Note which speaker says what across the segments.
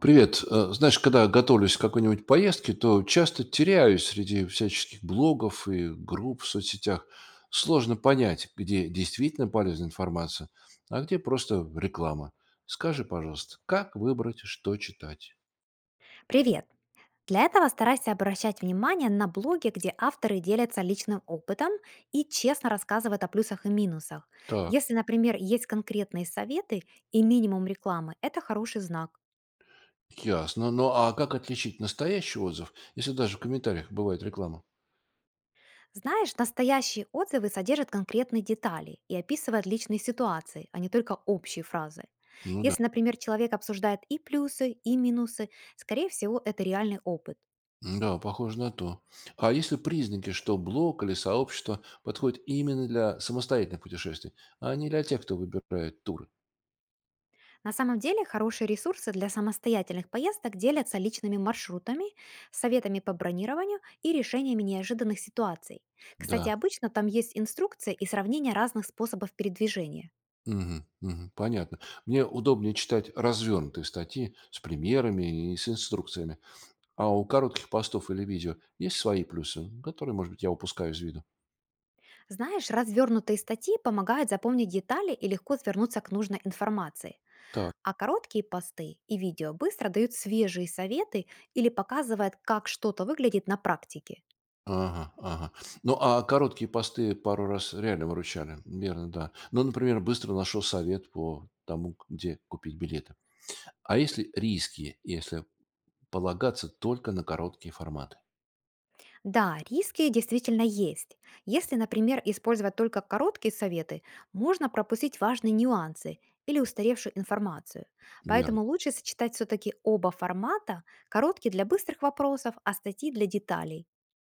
Speaker 1: Привет. Знаешь, когда готовлюсь к какой-нибудь поездке, то часто теряюсь среди всяческих блогов и групп в соцсетях. Сложно понять, где действительно полезная информация, а где просто реклама. Скажи, пожалуйста, как выбрать, что читать?
Speaker 2: Привет! Для этого старайся обращать внимание на блоги, где авторы делятся личным опытом и честно рассказывают о плюсах и минусах.
Speaker 1: Так,
Speaker 2: Если, например, есть конкретные советы и минимум рекламы, это хороший знак.
Speaker 1: ясно. Ну а как отличить настоящий отзыв, если даже в комментариях бывает реклама?
Speaker 2: Знаешь, настоящие отзывы содержат конкретные детали и описывают личные ситуации, а не только общие фразы.
Speaker 1: Ну да.
Speaker 2: Если, например, человек обсуждает и плюсы, и минусы, скорее всего, это реальный опыт.
Speaker 1: Да, похоже на то. А есть ли признаки, что блог или сообщество подходит именно для самостоятельных путешествий, а не для тех, кто выбирает туры?
Speaker 2: На самом деле хорошие ресурсы для самостоятельных поездок делятся личными маршрутами, советами по бронированию и решениями неожиданных ситуаций. Кстати,
Speaker 1: Да.
Speaker 2: обычно там есть инструкция и сравнение разных способов передвижения.
Speaker 1: Мгм. Мгм. Понятно. Мне удобнее читать развернутые статьи с примерами и с инструкциями. А у коротких постов или видео есть свои плюсы, которые, может быть, я упускаю из виду.
Speaker 2: Знаешь, развернутые статьи помогают запомнить детали и легко свернуться к нужной информации.
Speaker 1: Так.
Speaker 2: А короткие посты и видео быстро дают свежие советы или показывают, как что-то выглядит на практике.
Speaker 1: Ага, ага. Ну, а короткие посты пару раз реально выручали. Верно, да. Ну, например, быстро нашел совет по тому, где купить билеты. А если риски, если полагаться только на короткие форматы?
Speaker 2: Да, риски действительно есть. Если, например, использовать только короткие советы, можно пропустить важные нюансы или устаревшую информацию.
Speaker 1: Верно.
Speaker 2: Поэтому лучше сочетать все-таки оба формата, короткие для быстрых вопросов, а статьи для деталей.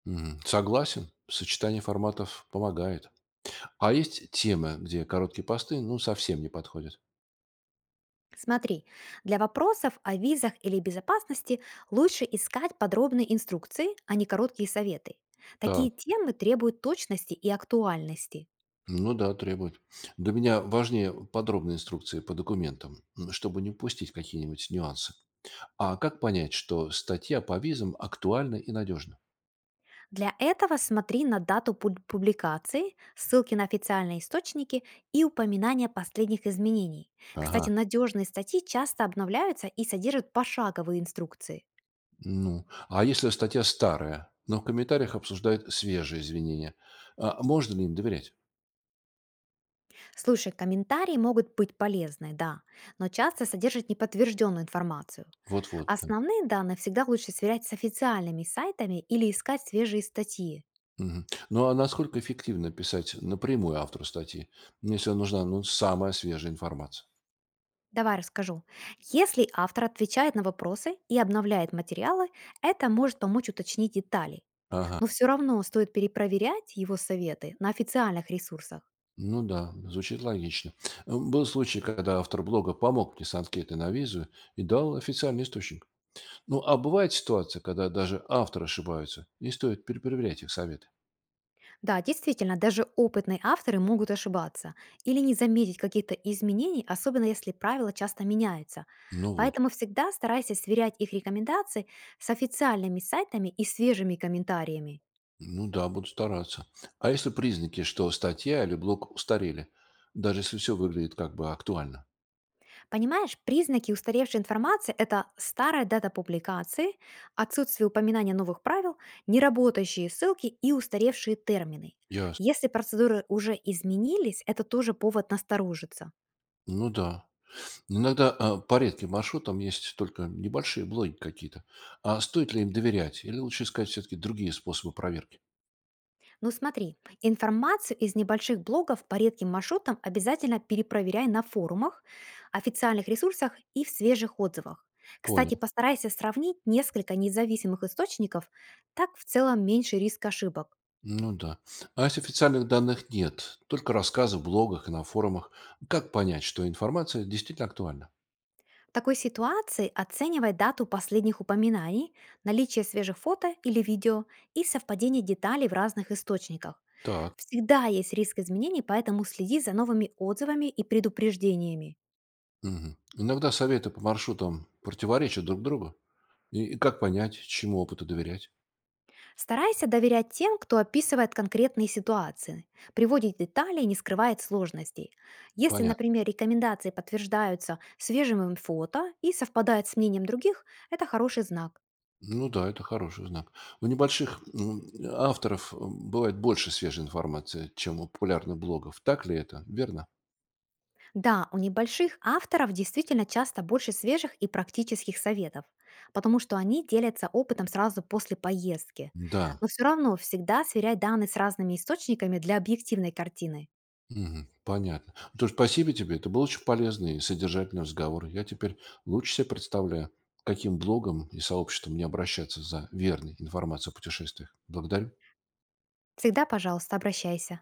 Speaker 1: Мгм. Согласен, сочетание форматов помогает. А есть темы, где короткие посты, ну, совсем не подходят.
Speaker 2: Смотри, для вопросов о визах или безопасности лучше искать подробные инструкции, а не короткие советы. Такие
Speaker 1: Так,
Speaker 2: темы требуют точности и актуальности.
Speaker 1: ну да, требует. Для меня важнее подробные инструкции по документам, чтобы не упустить какие-нибудь нюансы. А как понять, что статья по визам актуальна и надежна?
Speaker 2: Для этого смотри на дату публикации, ссылки на официальные источники и упоминания последних изменений. Кстати,
Speaker 1: Ага,
Speaker 2: надежные статьи часто обновляются и содержат пошаговые инструкции.
Speaker 1: ну, а если статья старая, но в комментариях обсуждают свежие извинения, а можно ли им доверять?
Speaker 2: Слушай, комментарии могут быть полезны, да, но часто содержат неподтвержденную информацию.
Speaker 1: Вот-вот, да.
Speaker 2: Основные данные всегда лучше сверять с официальными сайтами или искать свежие статьи.
Speaker 1: Мгм. Ну, а насколько эффективно писать напрямую автору статьи, ну, если нужна, ну, самая свежая информация?
Speaker 2: Давай расскажу. Если автор отвечает на вопросы и обновляет материалы, это может помочь уточнить детали.
Speaker 1: Ага.
Speaker 2: Но все равно стоит перепроверять его советы на официальных ресурсах.
Speaker 1: Ну да, звучит логично. Был случай, когда автор блога помог мне с анкетой на визу и дал официальный источник. Ну, а бывает ситуация, когда даже авторы ошибаются, и стоит перепроверять их советы.
Speaker 2: Да, действительно, даже опытные авторы могут ошибаться или не заметить каких-то изменений, особенно если правила часто меняются.
Speaker 1: Ну вот.
Speaker 2: Поэтому всегда старайся сверять их рекомендации с официальными сайтами и свежими комментариями.
Speaker 1: Ну да, буду стараться. А если признаки, что статья или блог устарели, даже если все выглядит как бы актуально?
Speaker 2: Понимаешь, признаки устаревшей информации – это старая дата публикации, отсутствие упоминания новых правил, неработающие ссылки и устаревшие термины.
Speaker 1: Ясно.
Speaker 2: Если процедуры уже изменились, это тоже повод насторожиться.
Speaker 1: Ну да, иногда по редким маршрутам есть только небольшие блоги какие-то. А стоит ли им доверять? Или лучше искать все-таки другие способы проверки?
Speaker 2: Ну смотри, информацию из небольших блогов по редким маршрутам обязательно перепроверяй на форумах, официальных ресурсах и в свежих отзывах. Кстати,
Speaker 1: Понял.
Speaker 2: постарайся сравнить несколько независимых источников, так в целом меньше риск ошибок.
Speaker 1: Ну да. А если официальных данных нет, только рассказы в блогах и на форумах, как понять, что информация действительно актуальна?
Speaker 2: В такой ситуации оценивай дату последних упоминаний, наличие свежих фото или видео и совпадение деталей в разных источниках.
Speaker 1: Так.
Speaker 2: Всегда есть риск изменений, поэтому следи за новыми отзывами и предупреждениями.
Speaker 1: Мгм. Иногда советы по маршрутам противоречат друг другу. И как понять, чему опыту доверять?
Speaker 2: Старайся доверять тем, кто описывает конкретные ситуации, приводит детали и не скрывает сложностей. Если,
Speaker 1: Понятно.
Speaker 2: например, рекомендации подтверждаются свежим им фото и совпадают с мнением других, это хороший знак.
Speaker 1: Ну да, это хороший знак. У небольших авторов бывает больше свежей информации, чем у популярных блогов. Так ли это? Верно?
Speaker 2: Да, у небольших авторов действительно часто больше свежих и практических советов, потому что они делятся опытом сразу после поездки.
Speaker 1: Да.
Speaker 2: Но все равно всегда сверяй данные с разными источниками для объективной картины.
Speaker 1: Мгм. Понятно. То есть спасибо тебе. Это был очень полезный и содержательный разговор. Я теперь лучше себе представляю, к каким блогам и сообществам мне обращаться за верной информацией о путешествиях. Благодарю.
Speaker 2: Всегда, пожалуйста, обращайся.